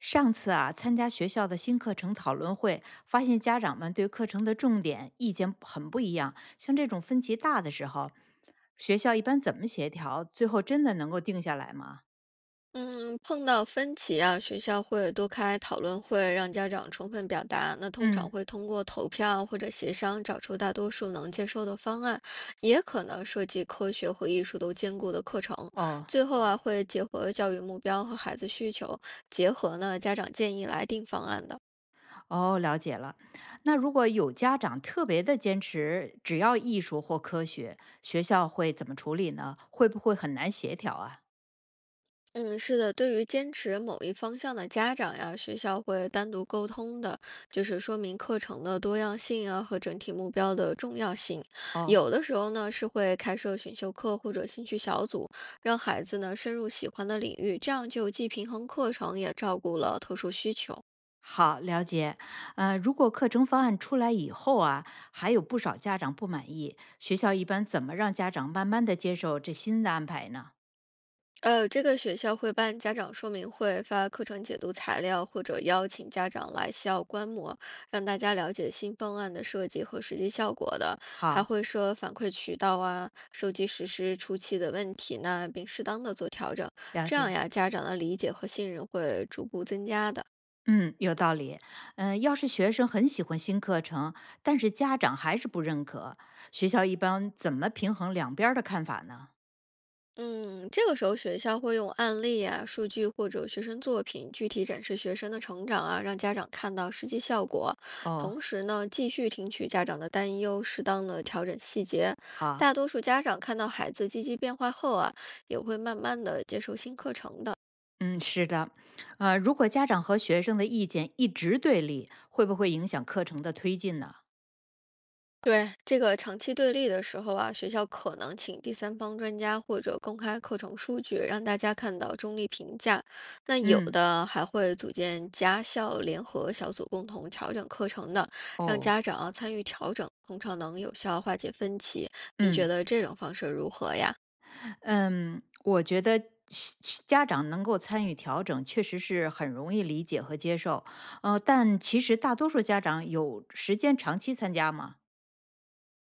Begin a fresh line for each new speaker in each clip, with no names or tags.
上次啊，参加学校的新课程讨论会，发现家长们对课程的重点意见很不一样。像这种分歧大的时候，学校一般怎么协调？最后真的能够定下来吗？
嗯，碰到分歧啊，学校会多开讨论会，让家长充分表达。那通常
嗯，
会通过投票或者协商，找出大多数能接受的方案，也可能设计科学和艺术都兼顾的课程。
哦
最后啊，会结合教育目标和孩子需求，结合呢家长建议来定方案的。
哦，了解了。那如果有家长特别的坚持只要艺术或科学，学校会怎么处理呢？会不会很难协调啊？
嗯，是的，对于坚持某一方向的家长呀，学校会单独沟通的，就是说明课程的多样性啊和整体目标的重要性。
哦，
有的时候呢，是会开设选修课或者兴趣小组，让孩子呢深入喜欢的领域，这样就既平衡课程，也照顾了特殊需求。
好，了解。如果课程方案出来以后啊，还有不少家长不满意，学校一般怎么让家长慢慢的接受这新的安排呢？
这个学校会办家长说明会，发课程解读材料，或者邀请家长来校观摩，让大家了解新方案的设计和实际效果的。还
好，
会设反馈渠道啊，收集实施初期的问题呢，并适当的做调整。
了
这样
解。
呀，家长的理解和信任会逐步增加的。
嗯，有道理。嗯、要是学生很喜欢新课程，但是家长还是不认可，学校一般怎么平衡两边儿的看法呢？
嗯，这个时候学校会用案例啊、数据或者学生作品，具体展示学生的成长啊，让家长看到实际效果。
哦，
同时呢，继续听取家长的担忧，适当的调整细节。
好。
大多数家长看到孩子积极变化后啊，也会慢慢的接受新课程的。
嗯，是的，如果家长和学生的意见一直对立，会不会影响课程的推进呢？
对，这个长期对立的时候啊，学校可能请第三方专家或者公开课程数据，让大家看到中立评价。那有
嗯，
的还会组建家校联合小组，共同调整课程的，让家
哦，
长啊参与调整，通常能有效化解分歧。你觉
嗯，
得这种方式如何呀？
嗯，我觉得是家长能够参与调整，确实是很容易理解和接受。但其实大多数家长有时间长期参加吗？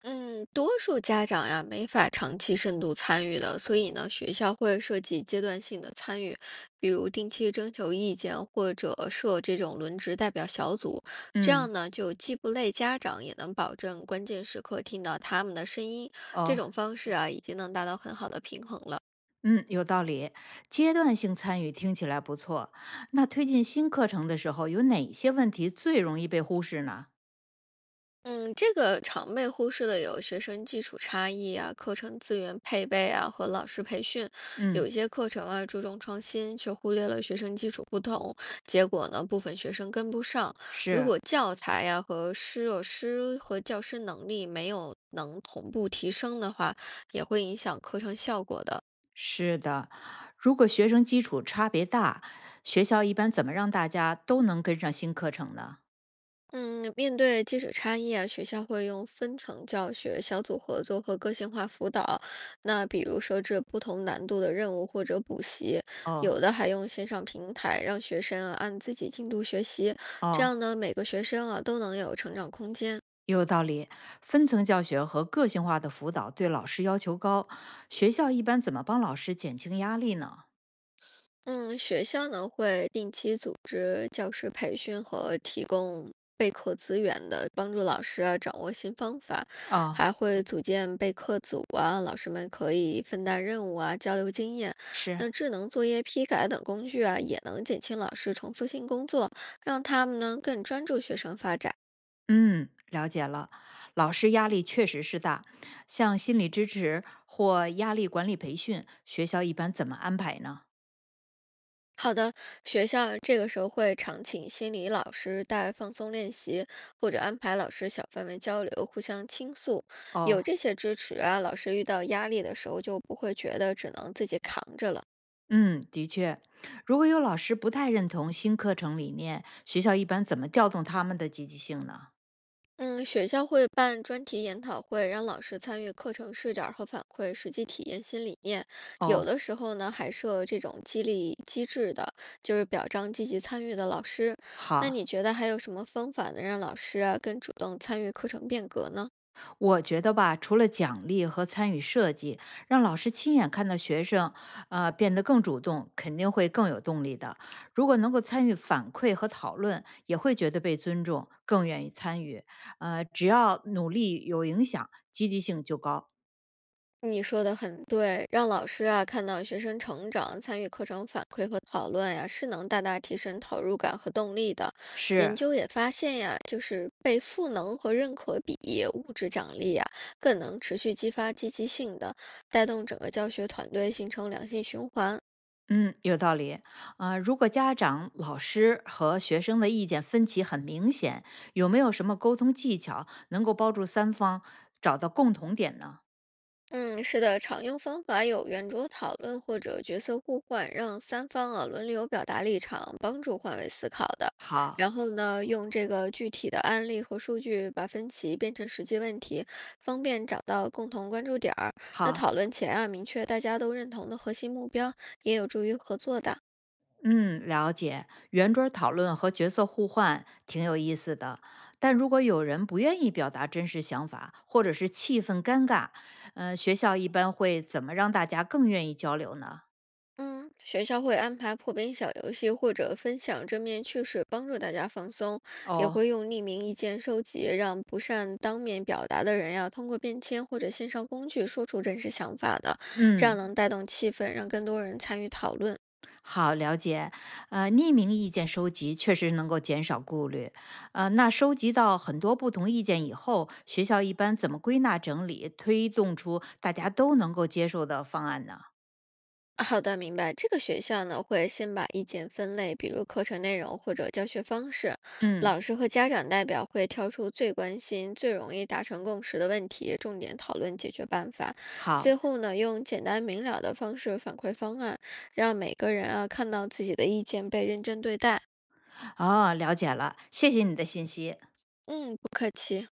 嗯，多数家长呀没法长期深度参与的，所以呢，学校会设计阶段性的参与，比如定期征求意见，或者设这种轮值代表小组，这样
嗯，
呢，就既不累家长，也能保证关键时刻听到他们的声音。这
哦，
种方式啊，已经能达到很好的平衡了。
嗯，有道理。阶段性参与听起来不错。那推进新课程的时候，有哪些问题最容易被忽视呢？
嗯，这个常被忽视的有学生基础差异啊、课程资源配备啊和老师培训。有
嗯，
一些课程啊注重创新，却忽略了学生基础不同，结果呢，部分学生跟不上。如
是
果教材呀、老师和教师能力没有能同步提升的话，也会影响课程效果的。
是的。如果学生基础差别大，学校一般怎么让大家都能跟上新课程呢？
嗯，面对技术差异啊，学校会用分层教学、小组合作和个性化辅导。那比如设置不同难度的任务或者补习，
哦
有的还用线上平台让学生啊按自己进度学习，这
哦，
样呢，每个学生啊都能有成长空间。
也有道理，分层教学和个性化的辅导对老师要求高，学校一般怎么帮老师减轻压力呢？
嗯，学校呢会定期组织教师培训和提供备课资源的，帮助老师啊掌握新方法，
哦，
还会组建备课组啊，老师们可以分担任务啊，交流经验。
是，
那智能作业批改等工具啊，也能减轻老师重复性工作，让他们呢更专注学生发展。
嗯，了解了。老师压力确实是大，像心理支持或压力管理培训，学校一般怎么安排呢？
好的，学校啊这个时候会常请心理老师带放松练习，或者安排老师小范围交流，互相倾诉。
哦，
有这些支持啊，老师遇到压力的时候就不会觉得只能自己扛着了。
嗯，的确，如果有老师不太认同新课程理念，学校一般怎么调动他们的积极性呢？
嗯，学校会办专题研讨会，让老师参与课程视角和反馈，实际体验新理念。有
哦，
的时候呢，还设这种激励机制的，就是表彰积极参与的老师。那你
好，
觉得还有什么方法能让老师啊更主动参与课程变革呢？
我觉得吧，除了奖励和参与设计，让老师亲眼看到学生，变得更主动，肯定会更有动力的。如果能够参与反馈和讨论，也会觉得被尊重，更愿意参与。只要努力有影响，积极性就高。
你说的很对，让老师啊看到学生成长，参与课程反馈和讨论呀、是能大大提升投入感和动力的。研
是，
究也发现呀、就是被赋能和认可比物质奖励呀、更能持续激发积极性的，带动整个教学团队形成良性循环。
嗯，有道理。如果家长、老师和学生的意见分歧很明显，有没有什么沟通技巧能够帮助三方找到共同点呢？
嗯，是的，常用方法有圆桌讨论或者角色互换，让三方啊轮流表达立场，帮助换位思考的。然
好，
后呢，用这个具体的案例和数据把分歧变成实际问题，方便找到共同关注点儿。那
好。
讨论前啊，明确大家都认同的核心目标，也有助于合作的。
嗯，了解。圆桌儿讨论和角色互换挺有意思的，但如果有人不愿意表达真实想法，或者是气氛尴尬，学校一般会怎么让大家更愿意交流呢？
嗯，学校会安排破冰小游戏或者分享正面趣事，帮助大家放松，也
哦，
会用匿名意见收集，让不善当面表达的人要通过便签或者线上工具说出真实想法的，这样
嗯，
能带动气氛，让更多人参与讨论。
好，了解。匿名意见收集确实能够减少顾虑。那收集到很多不同意见以后，学校一般怎么归纳整理，推动出大家都能够接受的方案呢？
好的，明白。这个学校呢，会先把意见分类，比如课程内容或者教学方式。
嗯，
老师和家长代表会挑出最关心、最容易达成共识的问题，重点讨论解决办法。最
好。
后呢，用简单明了的方式反馈方案，让每个人啊看到自己的意见被认真对待。
哦，了解了，谢谢你的信息。
嗯，不客气。